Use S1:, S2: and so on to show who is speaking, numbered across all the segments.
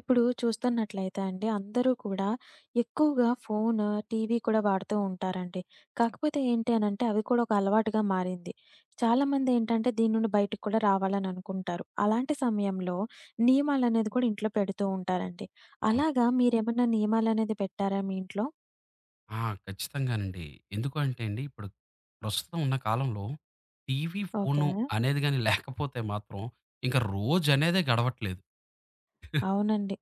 S1: ఇప్పుడు చూస్తున్నట్లయితే అండి అందరూ కూడా ఎక్కువగా ఫోన్, టీవీ కూడా వాడుతూ ఉంటారండి. కాకపోతే ఏంటి అనంటే అవి కూడా ఒక అలవాటుగా మారింది. చాలామంది ఏంటంటే దీని నుండి బయటకి కూడా రావాలని అనుకుంటారు. అలాంటి సమయంలో నియమాలనేది కూడా ఇంట్లో పెడుతూ ఉంటారండి.
S2: అవును.
S1: అలాగా మీరేమన్నా నియమాలనేది పెట్టారా మీ ఇంట్లో?
S2: ఆ! ఖచ్చితంగానండి. ఎందుకు అంటే అండి, ఇప్పుడు ప్రస్తుతం ఉన్న కాలంలో టీవీ,
S1: ఓకే.
S2: ఫోను అనేది గాని లేకపోతే మాత్రం ఇంక రోజనేదే గడవట్లేదు.
S1: అవునండి.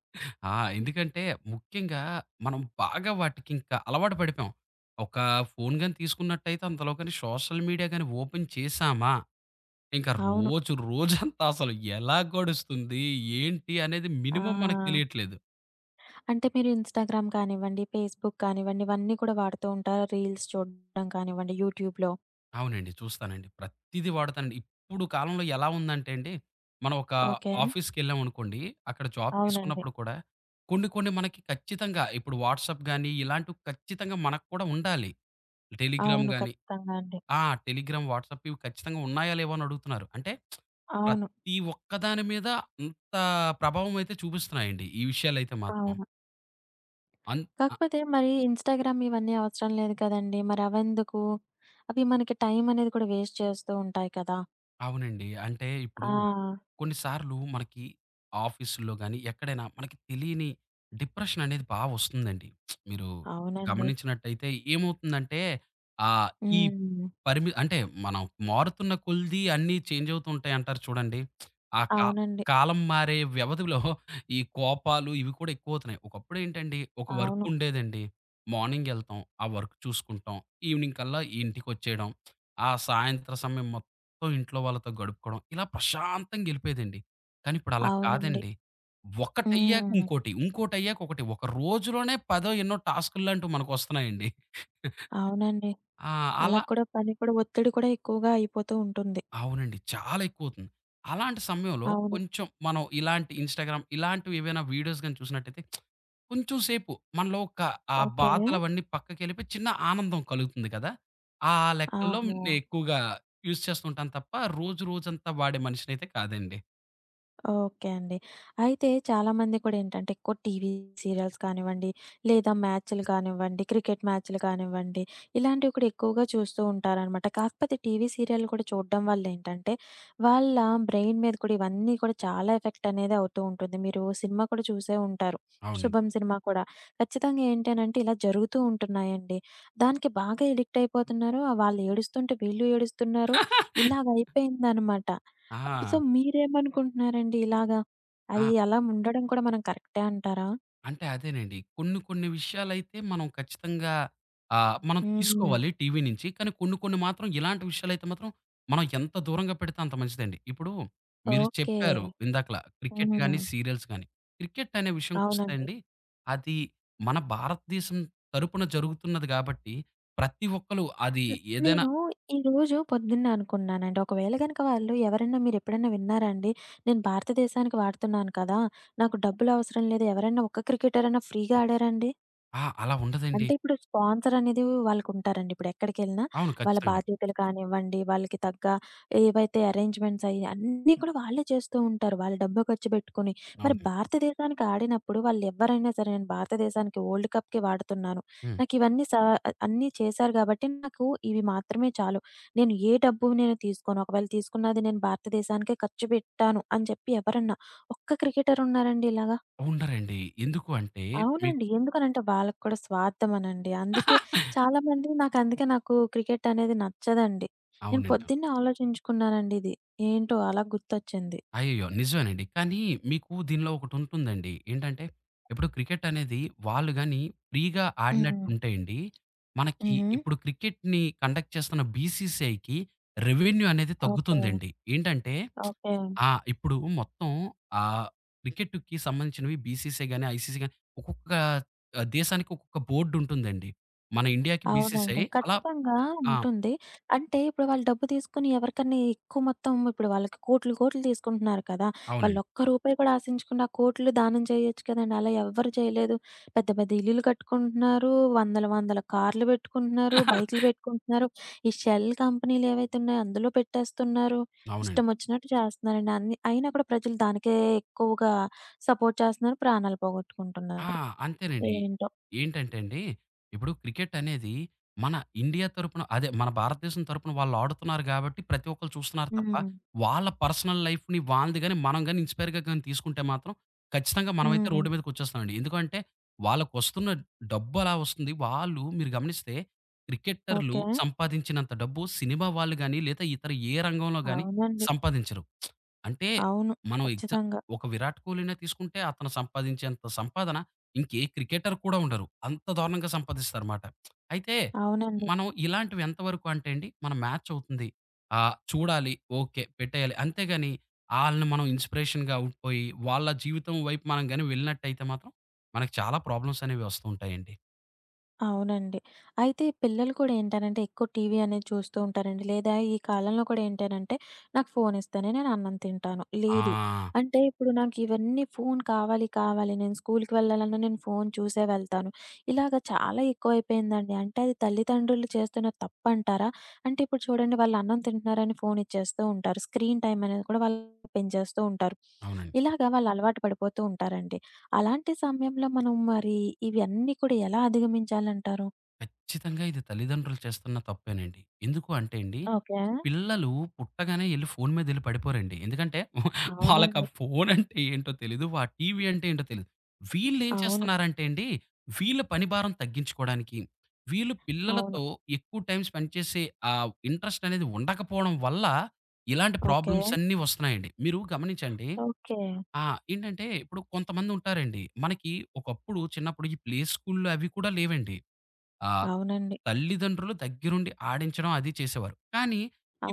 S2: ఎందుకంటే ముఖ్యంగా మనం బాగా వాటికింకా అలవాటు పడిపోయాం. ఒక ఫోను గాని తీసుకున్నట్టయితే అందులో గాని సోషల్ మీడియా గాని ఓపెన్ చేశామా, ఇంకా
S1: అవును.
S2: రోజు రోజంతా అసలు ఎలా గడుస్తుంది, ఏంటి అనేది మినిమమ్ మనకు
S1: ఆ!
S2: తెలియట్లేదు.
S1: అంటే మీరు ఇన్‌స్టాగ్రామ్ కానివ్వండి, ఫేస్‌బుక్ కానివ్వండి ఇవన్నీ కూడా వాడుతూ ఉంటారా? రీల్స్ చూడడం కానివ్వండి యూట్యూబ్‌లో.
S2: అవునండి. చూస్తానండి. ప్రతీదీ వాడతానండి. ఇప్పుడు కాలంలో ఎలా ఉందంటే అండి, మనం ఒక
S1: ఓకే.
S2: ఆఫీస్‌కెళ్ళామనుకోండి, అక్కడ జాబ్
S1: అవునండి.
S2: తీసుకున్నప్పుడు కూడా కొన్ని కొన్ని మనకి ఖచ్చితంగా ఇప్పుడు వాట్సాప్ గాని, ఇలాంటివి ఖచ్చితంగా మనకు కూడా ఉండాలి. టెలిగ్రామ్
S1: అవును.
S2: గాని.
S1: ఖచ్చితంగా అండి.
S2: ఆ! టెలిగ్రామ్, వాట్సాప్ ఇవి ఖచ్చితంగా ఉన్నాయా లేవా అని అడుగుతున్నారు. అంటే
S1: అవును.
S2: ప్రతి ఒక్క దాని మీద అంత ప్రభావం అయితే చూపిస్తున్నాయండి. ఈ విషయాలైతే మాత్రం.
S1: అవును.
S2: అన్ ఆ!
S1: కాకపోతే మరి ఇన్‌స్టాగ్రామ్ ఇవన్నీ అవసరం లేదు కదండీ! మరి అవెందుకు? అవి మనకి టైం అనేది కూడా వేస్ట్ చేస్తూ ఉంటాయి కదా!
S2: అవునండి. అంటే ఇప్పుడు
S1: ఆ!
S2: కొన్నిసార్లు మనకి ఆఫీసుల్లో గాని, ఎక్కడైనా మనకి తెలియని డిప్రెషన్ అనేది బా వస్తుందండి. మీరు
S1: అవునండి.
S2: గమనించినట్టయితే ఏమవుతుందంటే, ఆహ్, ఈ
S1: హ్మ్.
S2: పరిమి అంటే మనం మారుతున్న కొలిది అన్నీ చేంజ్ అవుతూ ఉంటాయి అంటారు చూడండి. ఆ కా
S1: అవునండి.
S2: కాలం మారే వ్యవధిలో ఈ కోపాలు ఇవి కూడా ఎక్కువవుతున్నాయి. ఒకప్పుడు ఏంటండి ఒక వర్క్
S1: అవును.
S2: ఉండేదండి. మార్నింగ్ ఎళ్తాం. ఆ వర్క్ చూసుకుంటాం. ఈవినింగ్ కల్లా ఇంటికొచ్చేయడం. ఆ సాయంత్ర సమయం మొత్తం మొత్తం ఇంట్లో వాళ్ళతో గడుపుకోవడం. ఇలా ప్రశాంతంగా ఎళ్ళిపోయేదండి. కానీ ఇప్పుడు అలా
S1: అవునండి.
S2: కాదండి. ఒకటయ్యాక
S1: హ్మ్.
S2: ఇంకోటి, ఇంకోటయ్యాక ఒకటి. ఒక రోజులోనే పదో ఎన్నో టాస్కుల్లాంటివి మనకొస్తున్నాయండి.
S1: అవునండి.
S2: ఆ!
S1: అలా
S2: అలా
S1: కూడా పని కూడా ఒత్తిడి కూడా ఎక్కువగా అయిపోతూ ఉంటుంది.
S2: అవునండి. చాలా ఎక్కువవుతుంది. అలాంటి సమయంలో
S1: అవును.
S2: కొంచెం మనం ఇలాంటి ఇన్‌స్టాగ్రామ్ ఇలాంటివి ఏవైనా వీడియోస్ గాని చూసినట్టయితే కొంచెం సేపు మనలో ఒక ఆ
S1: ఓకే.
S2: బాధలవన్నీ పక్కకెళ్ళిపోయి చిన్న ఆనందం కలుగుతుంది కదా! ఆ లెక్కల్లో
S1: ఆహా!
S2: నేను ఎక్కువగా యూజ్ చేస్తూ ఉంటాను తప్ప రోజు రోజంతా వాడే మనిషినైతే కాదండి.
S1: ఓకే అండి. అయితే చాలామంది కూడా ఏంటంటే, ఎక్కువ టీవీ సీరియల్స్ కానివ్వండి, లేదా మ్యాచ్‌లు కానివ్వండి, క్రికెట్ మ్యాచ్‌లు కానివ్వండి, ఇలాంటివి కూడా ఎక్కువగా చూస్తూ ఉంటారనమాట. కాకపోతే టీవీ సీరియల్‌లు కూడా చూడడం వల్ల ఏంటంటే, వాళ్ళ బ్రెయిన్ మీద కూడా ఇవన్నీ కూడా చాలా ఎఫెక్ట్ అనేది అవుతూ ఉంటుంది. మీరు సినిమా కూడా చూసే ఉంటారు.
S2: అవునండి.
S1: 'శుభం' సినిమా కూడా. ఖచ్చితంగా ఏంటనంటే, ఇలా జరుగుతూ ఉంటున్నాయండి. దానికి బాగా ఎడిక్ట్ అయిపోతున్నారు. వాళ్ళు ఏడుస్తుంటే వీళ్ళు ఏడుస్తున్నారు. ఇలాగ అయిపోయిందనమాట. సో,
S2: ఆ!
S1: మీరేమనుకుంటున్నారండి ఇలాగా?
S2: ఆ!
S1: అది అలా ఉండడం కూడా మనం కరెక్టే అంటారా?
S2: అంటే అదేనండి. కొన్ని కొన్ని విషయాలైతే మనం ఖచ్చితంగా మనం
S1: హ్మ్.
S2: తీసుకోవాలి టీవీ నుంచి. కానీ కొన్ని కొన్ని మాత్రం ఇలాంటి విషయాలైతే మాత్రం మనం ఎంత దూరంగా పెడితే అంత మంచిదండి. ఇప్పుడు మీరు
S1: ఓకే.
S2: చెప్పారు ఇందాకల క్రికెట్ గాని,
S1: హ్మ్.
S2: సీరియల్స్ గాని. క్రికెట్ అనే విషయంకొస్తే
S1: అవునండి.
S2: అండి, అది మన భారతదేశం తరపున జరుగుతున్నది కాబట్టి ప్రతి ఒక్కళ్ళు అది
S1: హ్మ్.
S2: ఏదైనా.
S1: నేను ఈరోజు పొద్దున్నే అనుకున్నానండి. ఒకవేళ గనక వాళ్ళు ఎవరైనా మీరెప్పుడైనా విన్నారా అండి? నేను భారతదేశానికి వాడుతున్నాను కదా! నాకు డబ్బులవసరం లేదు. ఎవరైనా ఒక్క క్రికెటర్ అన్నా ఫ్రీగా ఆడారా అండి?
S2: అలా ఉండదండి.
S1: అంటే ఇప్పుడు స్పాన్సర్ అనేది వాళ్ళకుంటారండి. ఇప్పుడెక్కడికెళ్ళినా
S2: అవును.
S1: వాళ్ళ
S2: ఖచ్చితంగా.
S1: బాధ్యతలు కానివ్వండి, వాళ్ళకి తగ్గ ఏవైతే అరేంజ్‌మెంట్స్ అయ్యి అన్నీ కూడా వాళ్ళే చేస్తూ ఉంటారు. వాళ్ళు డబ్బు ఖర్చు పెట్టుకొని. మరి
S2: అవును.
S1: భారతదేశానికి ఆడినప్పుడు వాళ్ళెవ్వరైనా సరే నేను భారతదేశానికి వరల్డ్ కప్‌కి వాడుతున్నాను.
S2: హ్మ్.
S1: నాకివన్నీ అన్నీ చేశారు కాబట్టి నాకు ఇవి మాత్రమే చాలు. నేను ఏ డబ్బు తీసుకోను. ఒకవేళ తీసుకున్నది నేను భారతదేశానికే ఖర్చు పెట్టాను అని చెప్పి ఎవరన్నా ఒక్క క్రికెటర్ ఉన్నారండి ఇలాగా?
S2: ఉండరండి. ఎందుకు అంటే మీకు
S1: అవునండి. ఎందుకనంటే వాళ్ళకి కూడా స్వార్థమనండి. అందుకే చాలామంది నాకందుకే నాకు అందుకే నాకు క్రికెట్ అనేది నచ్చదండి. నేను
S2: అవునండి.
S1: పొద్దున్నే ఆలోచించుకున్నానండి ఇది. ఏంటో అలా గుర్తొచ్చింది.
S2: అయ్యయ్యో! నిజమేనండి. కానీ మీకు దీనిలో ఒకటుంటుందండి. ఏంటంటే, ఇప్పుడు క్రికెట్ అనేది వాళ్ళు గాని ఫ్రీగా
S1: హ్మ్.
S2: ఆడినట్టుంటే అండి, మనకి
S1: హుహు.
S2: ఇప్పుడు క్రికెట్‌ని కండక్ట్ చేస్తున్న బీసీసీఐకి రెవెన్యూ అనేది
S1: ఓకే.
S2: తగ్గుతుందండి. ఏంటంటే
S1: ఓకే.
S2: ఇప్పుడు మొత్తం ఆహ్, క్రికెట్‌కి సంబంధించినవి బీసీసీఐ గాని, ఐసీసీ గాని ఒక్కొక్క దేశానికి ఒక్కొక్క బోర్డుంటుందండి. మన ఇండియాకి
S1: అవునండి.
S2: బీసీసీఐ అలా.
S1: ఖచ్చితంగా
S2: ఆ!
S1: ఉంటుంది. అంటే ఇప్పుడు వాళ్ళు డబ్బు తీసుకొని ఎవరికన్నా ఎక్కువ మొత్తం ఇప్పుడు వాళ్ళకి కోట్లు, కోట్లు తీసుకుంటున్నారు కదా! వాళ్ళు
S2: అవునండి.
S1: ఒక్క రూపాయి కూడా ఆశించకుండా కోట్లు దానం చేయొచ్చు కదండీ. అలా ఎవ్వరు చేయలేదు. పెద్ద, పెద్ద ఇల్లులు కట్టుకుంటున్నారు. వందల, వందల కార్లు పెట్టుకుంటున్నారు. బైకులు పెట్టుకుంటున్నారు. ఈ షెల్ కంపెనీలు ఏవైతే ఉన్నాయో అందులో పెట్టేస్తున్నారు.
S2: అవునండి.
S1: ఇష్టం వచ్చినట్టు చేస్తున్నారండి. అన్ని అయినా కూడా ప్రజలు దానికే ఎక్కువగా సపోర్ట్ చేస్తున్నారు. ప్రాణాలు
S2: ఆ!
S1: పోగొట్టుకుంటున్నారు.
S2: అంతేనండి.
S1: ఏంటో!
S2: ఏంటంటే అండి, ఇప్పుడు క్రికెట్ అనేది మన ఇండియా తరపున అదే మన భారతదేశం తరపున వాళ్ళు ఆడుతున్నారు గాబట్టి ప్రతి ఒక్కళ్ళు చూస్తున్నారు తప్ప,
S1: హ్మ్.
S2: వాళ్ళ పర్సనల్ లైఫ్‌ని వాళ్ళది గాని, మనం గాని ఇన్‌స్పైర్‌గా గాని తీసుకుంటే మాత్రం ఖచ్చితంగా మనమైతే
S1: హ్మ్.
S2: రోడ్డు మీదకొచ్చేస్తామండి. ఎందుకంటే వాళ్ళకొస్తున్న డబ్బు అలా వస్తుంది. వాళ్ళు మీరు గమనిస్తే క్రికెటర్లు
S1: ఓకే.
S2: సంపాదించినంత డబ్బు సినిమా వాళ్ళు గాని, లేదా ఇతర ఏ రంగంలో గాని
S1: అవునండి.
S2: సంపాదించరు. అంటే
S1: అవును.
S2: మనం ఎగ్జా
S1: ఖచ్చితంగా.
S2: ఒక విరాట్ కోహ్లీనే తీసుకుంటే అతను సంపాదించేంత సంపాదన ఇంకే క్రికెటర్ కూడా ఉండరు. అంత దారుణంగా సంపాదిస్తారమాట. అయితే
S1: అవునండి.
S2: మనం ఇలాంటివి ఎంతవరకు అంటే అండి, మన మ్యాచ్ అవుతుంది. చూడాలి. ఓకే. పెట్టేయాలి. అంతేగాని ఆళ్ళని మనం ఇన్‌స్పిరేషన్‌గా ఉండిపోయి, వాళ్ళ జీవితం వైపు మనం గాని వెళ్ళినట్టయితే మాత్రం, మనకు చాలా ప్రాబ్లమ్స్ అనేవి వస్తూ ఉంటాయండి.
S1: అవునండి. అయితే పిల్లలు కూడా ఏంటనంటే ఎక్కువ టీవీ అనేది చూస్తూ ఉంటారండి. లేదా ఈ కాలంలో కూడా ఏంటనంటే నాకు ఫోన్ ఇస్తేనే నేను అన్నం తింటాను.
S2: ఆ!
S1: లేదు అంటే ఇప్పుడు నాకు ఇవన్నీ ఫోన్ కావాలి, కావాలి నేను స్కూలుకి వెళ్ళాలన్నా నేను ఫోన్ చూసే వెళ్తాను. ఇలాగ చాలా ఎక్కువైపోయిందండి. అంటే అది తల్లిదండ్రులు చేస్తున్న తప్పంటారా? అంటే ఇప్పుడు చూడండి వాళ్ళు అన్నం తింటున్నారని ఫోన్ ఇచ్చేస్తూ ఉంటారు. స్క్రీన్ టైమ్ అనేది కూడా వాళ్ళు పెంచేస్తూ ఉంటారు.
S2: అవునండి.
S1: ఇలాగ వాళ్ళు అలవాటు పడిపోతూ ఉంటారండి. అలాంటి సమయంలో మనం మరి ఇవన్నీ కూడా ఎలా అధిగమించాలంటారు?
S2: ఖచ్చితంగా ఇది తల్లిదండ్రులు చేస్తున్న తప్పేనండి. ఎందుకు అంటే అండి,
S1: ఓకే.
S2: పిల్లలు పుట్టగానే ఎళ్లి ఫోను మీదెళ్లి పడిపోరండి. ఎందుకంటే వాళ్ళకా
S1: అవునండి.
S2: ఫోనంటే ఏంటో తెలీదు. ఆ టీవీ అంటే ఏంటో తెలీదు. వీళ్ళేం
S1: అవును.
S2: చేస్తున్నారంటే అండి, వీళ్ళ పని భారం తగ్గించుకోడానికి, వీళ్ళు
S1: అవును.
S2: పిల్లలతో ఎక్కువ టైమ్ స్పెండ్ చేసే ఆ ఇంట్రెస్ట్ అనేది ఉండకపోవడం వల్ల, ఇలాంటి
S1: ఓకే.
S2: ప్రాబ్లమ్స్ అన్నీ వస్తున్నాయండి. మీరు గమనించండి.
S1: ఓకే.
S2: ఆ! ఏంటంటే ఇప్పుడు కొంతమందుంటారండి. మనకి ఒకప్పుడు చిన్నప్పుడు ఈ ప్లే స్కూల్‌లు అవి కూడా లేవండి. ఆహ్,
S1: అవునండి.
S2: తల్లిదండ్రులు దగ్గరుండి ఆడించడం అది చేసేవారు. కానీ,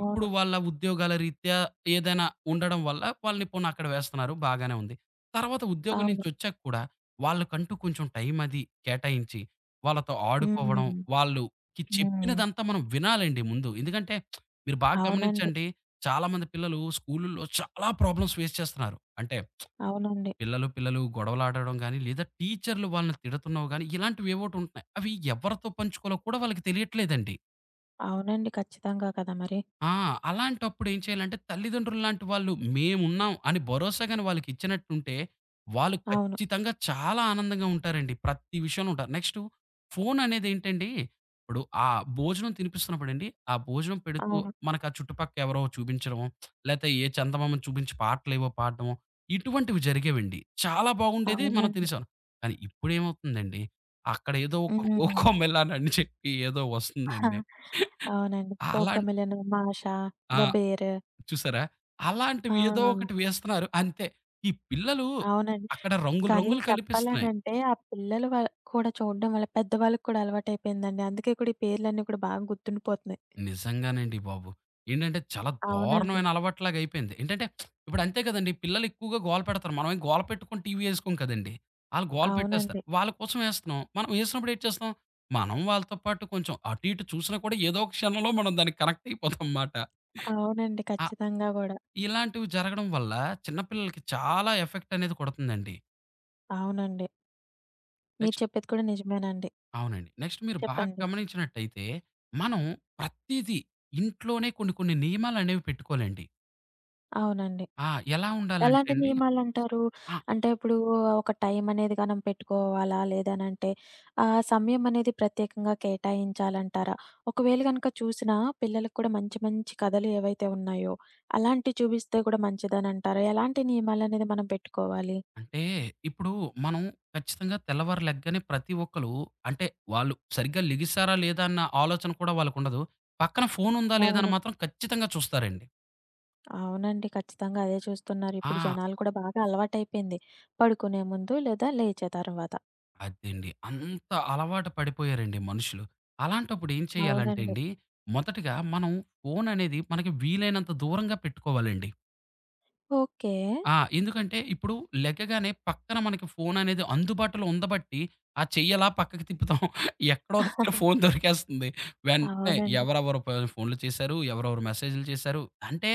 S2: ఇప్పుడు వాళ్ళ ఉద్యోగాల రీత్యా ఏదైనా ఉండడం వల్ల వాళ్ళని పోనీ అక్కడ వేస్తున్నారు బాగానే ఉంది. తర్వాత ఉద్యోగం
S1: అవును.
S2: నుంచొచ్చాక కూడా వాళ్ళకంటూ కొంచెం టైం అది కేటాయించి, వాళ్ళతో ఆడుకోవడం,
S1: హ్మ్.
S2: వాళ్ళుకి
S1: హ్మ్.
S2: చెప్పినదంతా మనం వినాలండి ముందు. ఎందుకంటే మీరు బాగా
S1: అవునండి.
S2: గమనించండి. చాలామంది పిల్లలు స్కూలుల్లో చాలా ప్రాబ్లమ్స్ ఫేస్ చేస్తున్నారు. అంటే
S1: అవునండి.
S2: పిల్లలు గొడవలాడడం గానీ, లేదా టీచర్‌లు వాళ్ళని తిడుతున్నావు గానీ, ఇలాంటివేవోటి ఉంటున్నాయి. అవి ఎవరితో పంచుకోవాలో కూడా వాళ్ళకి తెలియట్లేదండి.
S1: అవునండి. ఖచ్చితంగా కదా మరి!
S2: ఆ! అలాంటప్పుడు ఏం చేయాలంటే, తల్లిదండ్రుల్లాంటి వాళ్ళు మేమున్నాం అని భరోసా గాని వాళ్ళకిచ్చినట్టుంటే, వాళ్ళు
S1: అవును.
S2: ఖచ్చితంగా చాలా ఆనందంగా ఉంటారండి. ప్రతి విషయంలో ఉంటారు. నెక్స్టు ఫోననేదేంటండి, ఇప్పుడు ఆ భోజనం తినిపిస్తున్నప్పుడండి, ఆ భోజనం పెడుతూ
S1: అవును.
S2: మనకు ఆ చుట్టుపక్క ఎవరో చూపించడమో, లేతే ఏ చందమామను చూపించి పాటలేవో పాడడమో, ఇటువంటివి జరిగేవండి. చాలా బాగుండేది. మనం
S1: అవునండి.
S2: తినేసేవాళ్ళం. కానీ ఇప్పుడేమవుతుందండి, అక్కడేదో ఒక
S1: హ్మ్.
S2: కోకొమెలన్ అని చెప్పి ఏదో వస్తుందండి.
S1: అవునండి.
S2: అలాన్
S1: 'కోకమిలను', 'మాష',
S2: ఆ!
S1: 'ద బేర్'
S2: చూసారా?
S1: ఆ!
S2: అలాంటివి ఏదో ఒకటి వేస్తున్నారు అంతే. ఈ పిల్లలు
S1: అవునండి.
S2: అక్కడ రంగులు
S1: కానీ
S2: రంగులు కలిపిస్తున్నాయి.
S1: చెప్పాలనంటే, ఆ పిల్లలు వ కూడా చూడడం వల్ల పెద్దవాళ్ళకి కూడా అలవాటయిపోయిందండి. అందుకే కూడా ఈ పేర్లన్నీ కూడా బాగా గుర్తుండిపోతున్నాయి.
S2: నిజంగానండి బాబు. ఏంటంటే చాలా
S1: అవునండి.
S2: దారుణమైన అలవాటులాగా అయిపోయింది. ఏంటంటే ఇప్పుడు అంతే కదండీ! పిల్లలు ఎక్కువగా గోల పెడతారు. మనమేం గోల పెట్టుకొని టీవీ ఎసుకోం కదండీ! ఆళ్ళు గోల పెట్టేస్తారు.
S1: అవునండి.
S2: వాళ్ళ కోసం ఎస్తున్నాం. మనం ఎసినప్పుడు ఏటి చేస్తాం? మనం వాళ్ళతో పాటు కొంచెం అటు ఇటు చూసినా కూడా ఏదో ఒక క్షణంలో మనం దానికి కనెక్ట్ అయిపోతాం మాట.
S1: అవునండి.
S2: ఆ!
S1: ఖచ్చితంగా గూడా.
S2: ఇలాంటివి జరగడం వల్ల చిన్న పిల్లలకి చాలా ఎఫెక్ట్ అనేది కొడుతుందండి.
S1: అవునండి. మీరు
S2: నెక్స్ట్
S1: చెప్పేది కూడా నిజమేనండి.
S2: అవునండి. నెక్స్ట్ మీరు బాగా
S1: చెప్పండి.
S2: గమనించినట్టయితే, మనం ప్రతీదీ ఇంట్లోనే కొన్ని కొన్ని నియమాలనేవి పెట్టుకోవాలండి.
S1: అవునండి.
S2: ఆ! ఎలా ఉండాలంటే
S1: ఎలాంటి
S2: అండి,
S1: నియమాలంటారు?
S2: ఆ!
S1: అంటే ఇప్పుడు ఒక టైం అనేది మనం పెట్టుకోవాలా? లేదనంటే ఆ సమయం అనేది ప్రత్యేకంగా కేటాయించాలంటారా? ఒకవేళ గనక చూసినా పిల్లలకి కూడా మంచి మంచి కథలు ఏవైతే ఉన్నాయో అలాంటివి చూపిస్తే కూడా మంచిదనంటారా? ఎలాంటి నియమాలనేది మనం పెట్టుకోవాలి?
S2: అంటే ఇప్పుడు మనం ఖచ్చితంగా తెల్లవారు లెగ్గానే ప్రతి ఒక్కళ్ళు అంటే వాళ్ళు సరిగ్గా లెగిసారా లేదా అన్న ఆలోచన కూడా వాళ్ళకుండదు. పక్కన ఫోనుందా లేదా అని
S1: అవును.
S2: మాత్రం ఖచ్చితంగా చూస్తారండి.
S1: అవునండి. ఖచ్చితంగా అదే చూస్తున్నారు. ఇప్పుడు
S2: ఆ!
S1: జనాలు కూడా బాగా అలవాటైపోయింది. పడుకునే ముందు లేదా లేచే తర్వాత.
S2: అదండి. అంత అలవాటు పడిపోయారండి మనుషులు. అలాంటప్పుడు ఏం చేయాలంటే
S1: అవునండి.
S2: అండి, మొదటగా మనం ఫోననేది మనకి వీలైనంత దూరంగా పెట్టుకోవాలండి.
S1: ఓకే.
S2: ఎందుకంటే ఇప్పుడు లెగగానే పక్కన మనకి ఫోననేది అందుబాటులో ఉండబట్టి, ఆ చెయ్యి అలా పక్కకి తిప్పుతాం. ఎక్కడో దగ్గర ఫోను దొరికేస్తుంది. వెంటనే
S1: అవునండి.
S2: ఎవరెవరు ప ఫోన్‌లు చేశారు, ఎవరెవరు మెసేజ్‌లు చేశారు. అంటే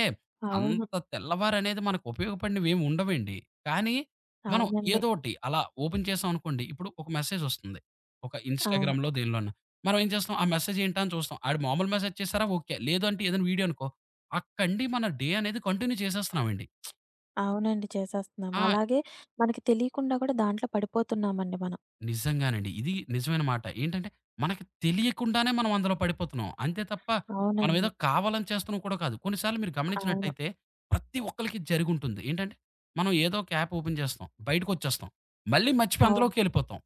S1: అవును.
S2: అంత తెల్లవారనేది మనకు ఉపయోగపడినవేమి ఉండవండి. కానీ మనం
S1: అవునండి.
S2: ఏదోటి అలా ఓపెన్ చేసాం అనుకోండి, ఇప్పుడు ఒక మెసేజొస్తుంది. ఒక
S1: అవును.
S2: ఇన్‌స్టాగ్రామ్‌లో దేనిలోనో. మనం ఏం చేస్తాం, ఆ మెసేజ్ ఏంటా అని చూస్తాం. ఆడు మామూలు మెసేజ్ చేశారా ఓకే. లేదు అంటే ఏదైనా వీడియో అనుకో, అక్కడి నుండి మన డే అనేది కంటిన్యూ చేసేస్తున్నామండి.
S1: అవునండి. చేసేస్తున్నాం.
S2: ఆ!
S1: అలాగే మనకి తెలియకుండా కూడా దాంట్లో పడిపోతున్నామండి మనం.
S2: నిజంగానండి. ఇది నిజమైన మాట. ఏంటంటే, మనకి తెలియకుండానే మనం అందులో పడిపోతున్నాం. అంతే తప్ప, మనం ఏదో
S1: అవునండి.
S2: కావాలని చేస్తున్నాం కూడా కాదు. కొన్ని సార్లు మీరు
S1: అవును.
S2: గమనించినట్టయితే, ప్రతి ఒక్కళ్ళకి జరిగుంటుంది. ఏంటంటే, మనం ఏదో ఒక యాప్ ఓపెన్ చేస్తాం. బయటకొచ్చేస్తాం. మళ్ళీ మర్చిపోయి
S1: అవును.
S2: అందులోకెళ్ళిపోతాం.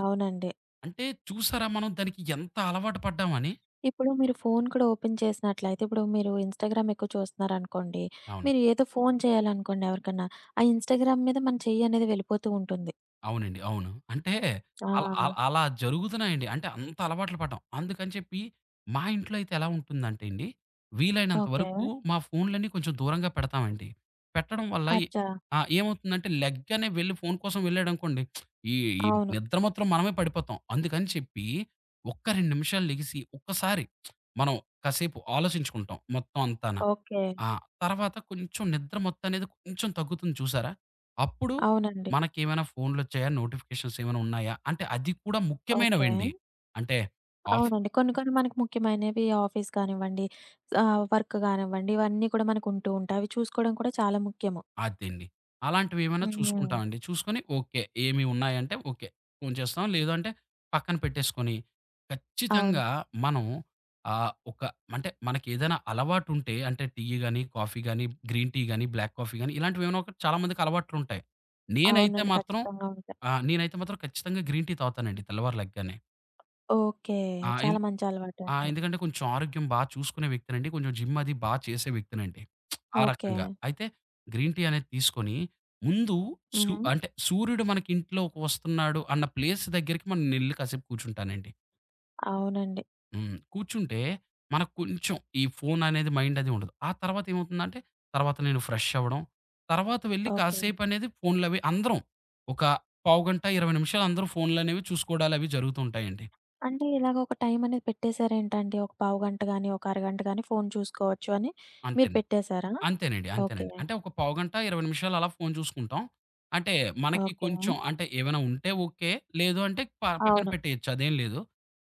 S1: అవునండి.
S2: అంటే చూసారా మనం దానికి ఎంత అలవాటు పడ్డామని?
S1: ఇప్పుడు మీరు ఫోను కూడా ఓపెన్ చేసినట్లయితే, ఇప్పుడు మీరు ఇన్‌స్టాగ్రామ్ ఎక్కువ చూస్తున్నారనుకోండి,
S2: అవును.
S1: మీరు ఏదో ఫోను చేయాలనుకోండి ఎవరికన్నా, ఆ ఇన్‌స్టాగ్రామ్ మీద మన చెయ్యి అనేది వెళ్ళిపోతూ ఉంటుంది.
S2: అవునండి. అవును. అంటే
S1: ఆ!
S2: అలా అలా అలా జరుగుతున్నాయండి. అంటే అంత అలవాట్లు పడ్డాం. అందుకని చెప్పి మా ఇంట్లో అయితే ఎలా ఉంటుందంటే అండి, వీలైనంత
S1: ఓకే.
S2: వరకు మా ఫోన్‌లన్నీ కొంచెం దూరంగా పెడతామండి. పెట్టడం వల్ల ఎ
S1: అచ్చా!
S2: ఆ! ఏమవుతుందంటే లెగ్గానే వెళ్లి ఫోన్ కోసం వెళ్ళాడనుకోండి, ఈ ఈ
S1: అవును.
S2: నిద్ర మాత్రం మనమే పడిపోతాం. అందుకని చెప్పి ఒక్క 2 నిమిషాలు లెగిసి ఒక్కసారి మనం కాసేపు ఆలోచించుకుంటాం మొత్తం అంతాన.
S1: ఓకే.
S2: ఆ! తర్వాత కొంచెం నిద్ర మొత్తమనేది కొంచెం తగ్గుతుంది చూసారా? అప్పుడు
S1: అవునండి.
S2: మనకేమైనా ఫోన్‌లొచ్చాయా? నోటిఫికేషన్స్ ఏమైనా ఉన్నాయా? అంటే అది కూడా
S1: ఓకే.
S2: ముఖ్యమైనవండి. అంటే ఆఫ్
S1: అవునండి. కొన్ని కొన్ని మనకు ముఖ్యమైనవి ఆఫీస్ కానివ్వండి, ఆహ్, వర్క్ గానివ్వండి, ఇవన్నీ కూడా మనకు ఉంటూ ఉంటాయి. అవి చూసుకోవడం కూడా చాలా ముఖ్యము.
S2: అదండి. అలాంటివేమైనా
S1: హ్మ్.
S2: చూసుకుంటామండి. చూసుకొని ఓకే. ఏమి ఉన్నాయంటే ఓకే. ఫోన్ చేస్తాం. లేదు అంటే పక్కన పెట్టేసుకొని
S1: అవును.
S2: ఖచ్చితంగా మనం ఆహ్, ఒక అంటే మనకేదైనా అలవాటుంటే అంటే టీ గాని, కాఫీ గాని, గ్రీన్ టీ గాని, బ్లాక్ కాఫీ గాని ఇలాంటివేమైనా ఒకటి చాలా మందికి అలవాట్లుంటాయి. నేనైతే
S1: అవునండి.
S2: మాత్రం
S1: ఖచ్చితంగా ఉంటాయి.
S2: ఆ! నేనైతే మాత్రం ఖచ్చితంగా గ్రీన్ టీ తాగుతానండి తెల్లవారు లెగ్గానే.
S1: ఓకే.
S2: ఆహ్, ఎన్
S1: చాలా మంచి అలవాటండి.
S2: ఎందుకంటే కొంచెం ఆరోగ్యం బా చూసుకునే వ్యక్తినండి. కొంచెం జిమ్ అది బా చేసే వ్యక్తినండి. ఆ
S1: ఓకే.
S2: రకంగా. అయితే గ్రీన్ టీ అనేది తీసుకొని ముందు
S1: హుహు.
S2: అంటే సూర్యుడు మనకి ఇంట్లోకి వస్తున్నాడు అన్న ప్లేస్ దగ్గరికి మనం ఎళ్లి కాసేపు కూర్చుంటానండి.
S1: అవునండి.
S2: హ్మ్. కూర్చుంటే మనకు కొంచెం ఈ ఫోన్ అనేది మైండ్ అది ఉండదు. ఆ తర్వాత ఏమవుతుందంటే తర్వాత నేను ఫ్రెష్ అవ్వడం, తర్వాత వెళ్లి
S1: ఓకే.
S2: కాసేపనేది ఫోన్‌లవి అందరం ఒక పావుగంట, 20 నిమిషాలు అందరూ ఫోన్‌లనేవి చూసుకోవడాలవి జరుగుతూ ఉంటాయండి.
S1: అంటే ఇలాగ ఒక టైం అనేది పెట్టేసారేంటండి? ఒక పావుగంట గాని, ఒక అరగంట గాని ఫోను చూసుకోవచ్చు అని
S2: అంతే.
S1: మీరు పెట్టేసారా?
S2: అంతేనండి.
S1: ఓకే.
S2: అంతేనండి. అంటే ఒక పావుగంట, 20 నిమిషాలు అలా ఫోను చూసుకుంటాం. అంటే మనకి
S1: ఓకే.
S2: కొంచెం అంటే ఏమైనా ఉంటే ఓకే. లేదు అంటే పక్కన
S1: అవును.
S2: పెట్టేయొచ్చు అదేం లేదు.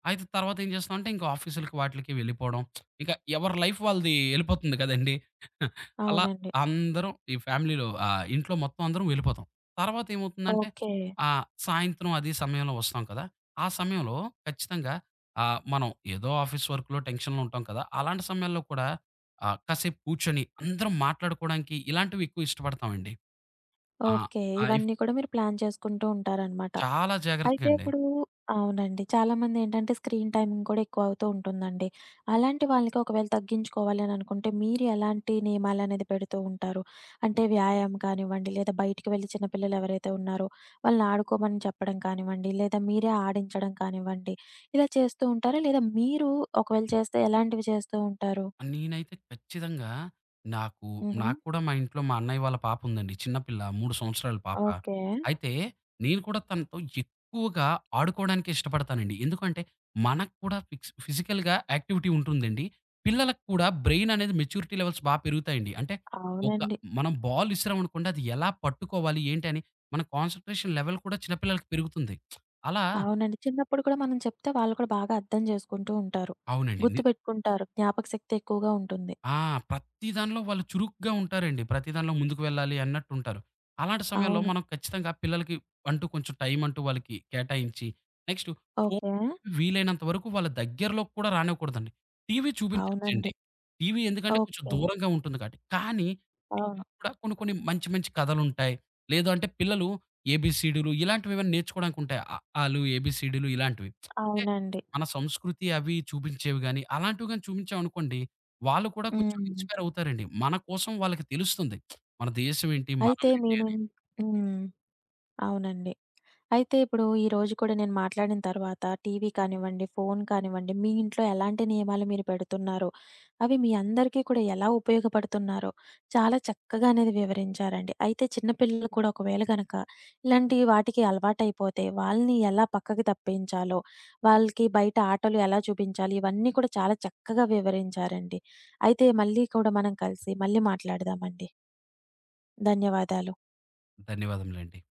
S2: అయితే తర్వాత ఏం చేస్తామంటే ఇంకా ఆఫీసులకి వాటిలకి వెళ్ళిపోవడం. ఇక ఎవరి లైఫ్ వాళ్ళది వెళ్ళిపోతుంది కదండీ! అలా
S1: అవునండి.
S2: అందరం ఈ ఫ్యామిలీలో ఇంట్లో మొత్తం అందరం వెళ్ళిపోతాం. తర్వాత ఏమవుతుందంటే
S1: ఓకే.
S2: సాయంత్రం అది సమయంలో వస్తాం కదా! ఆ సమయంలో ఖచ్చితంగా మనం ఏదో ఆఫీస్ వర్క్‌లో టెన్షన్‌లో ఉంటాం కదా! అలాంటి సమయాల్లో కూడా కాసేపు కూర్చొని అందరం మాట్లాడుకోవడానికి ఇలాంటివి ఎక్కువ ఇష్టపడతామండి. ఆ!
S1: ఓకే.
S2: అయి
S1: ఇవన్నీ కూడా మీరు ప్లాన్ చేసుకుంటూ ఉంటారనమాట.
S2: చాలా
S1: అయితే
S2: జాగ్రత్తగండి.
S1: ఇప్పుడు అవునండి. చాలామంది ఏంటంటే స్క్రీన్ టైమింగ్ కూడా ఎక్కువ అవుతూ ఉంటుందండి. అలాంటి వాళ్ళకి ఒకవేళ తగ్గించుకోవాలి అని అనుకుంటే మీరు ఎలాంటి నియమాలనేది పెడుతూ ఉంటారు? అంటే వ్యాయామం కానివ్వండి, లేదా బయటికి వెళ్ళి చిన్న పిల్లలు ఎవరైతే ఉన్నారో వాళ్ళని ఆడుకోమని చెప్పడం కానివ్వండి, లేదా మీరే ఆడించడం కానివ్వండి, ఇలా చేస్తూ ఉంటారా? లేదా మీరు ఒకవేళ చేస్తే ఎలాంటివి చేస్తూ ఉంటారు?
S2: నేనైతే ఖచ్చితంగా నాకు
S1: హుహు.
S2: నాకు కూడా మా ఇంట్లో మా అన్నయ్య వాళ్ళ పాప ఉందండి. చిన్న పిల్ల 3 సంవత్సరాల పాప.
S1: ఓకే.
S2: అయితే నేను కూడా తనతో ఎక్కువగా ఆడుకోవడానికే ఇష్టపడతానండి. ఎందుకంటే మనకు కూడా ఫిక్స్ ఫిజికల్‌గా యాక్టివిటీ ఉంటుందండి. పిల్లలకు కూడా బ్రెయిన్ అనేది మెచ్యూరిటీ లెవెల్స్ బా పెరుగుతాయండి. అంటే ఒక
S1: అవునండి.
S2: మనం బాల్ విసిరామనుకోండి అది ఎలా పట్టుకోవాలి ఏంటి అని మన కాన్సంట్రేషన్ లెవెల్ కూడా చిన్న పిల్లలకి పెరుగుతుంది. అలా
S1: అవునండి. చిన్నప్పుడు కూడా మనం చెప్తే వాళ్ళు కూడా బాగా అర్థం చేసుకుంటూ ఉంటారు.
S2: అవునండి. ని
S1: గుర్తుపెట్టుకుంటారు. జ్ఞాపక శక్తి ఎక్కువగా ఉంటుంది.
S2: ఆ! ప్రతి దానిలో వాళ్ళు చురుగ్గా ఉంటారండి. ప్రతి దానిలో ముందుకు వెళ్ళాలి అన్నట్టుంటారు. అలాంటి సమయంలో
S1: అవును.
S2: మనం ఖచ్చితంగా పిల్లలకి అంటూ కొంచెం టైం అంటూ వాళ్ళకి కేటాయించి, నెక్స్ట్ ఫోను
S1: ఓకే.
S2: వీలైనంత వరకు వాళ్ళ దగ్గరలోకి కూడా రానివ్వకూడదండి. టీవీ
S1: అవునండి.
S2: చూపించొచ్చండి. టీవీ ఎందుకంటే కొంచెం
S1: ఓకే.
S2: దూరంగా ఉంటుంది కాబట్టి. కానీ టీవీ
S1: అవును.
S2: కూడా కొన్ని కొన్ని మంచి మంచి కథలుంటాయి. లేదు అంటే పిల్లలు ఏబీసీడీలు ఇలాంటివేమైనా నేర్చుకోవడానికుంటాయి. అ, ఆ లు, ఏబీసీడీలు ఇలాంటివి. అంటే
S1: అవునండి.
S2: మన సంస్కృతి అవి చూపించేవి గాని అలాంటివి గాని చూపించామనుకోండి వాళ్ళు కూడా కొంచెం
S1: హ్మ్.
S2: ఇన్‌స్పైర్ అవుతారండి. మన కోసం వాళ్ళకి తెలుస్తుంది. మన దేశం ఏంటి,
S1: అయితే మీ
S2: మనమేంటి అని.
S1: నుం హ్మ్. అవునండి. అయితే ఇప్పుడు ఈ రోజు కూడా నేను మాట్లాడిన తర్వాత టీవీ కానివ్వండి, ఫోను కానివ్వండి, మీ ఇంట్లో ఎలాంటి నియమాలు మీరు పెడుతున్నారో, అవి మీ అందరికీ కూడా ఎలా ఉపయోగపడుతున్నారో చాలా చక్కగా అనేది వివరించారండి. అయితే చిన్న పిల్లలు కూడా ఒకవేళ గనక ఇలాంటి వాటికి అలవాటైపోతే వాళ్ళని ఎలా పక్కకి తప్పించాలో, వాళ్ళకి బయట ఆటలు ఎలా చూపించాలి, ఇవన్నీ కూడా చాలా చక్కగా వివరించారండి. అయితే మళ్ళీ కూడా మనం కలిసి మళ్ళీ మాట్లాడదామండి. ధన్యవాదాలు.
S2: ధన్యవాదములండి.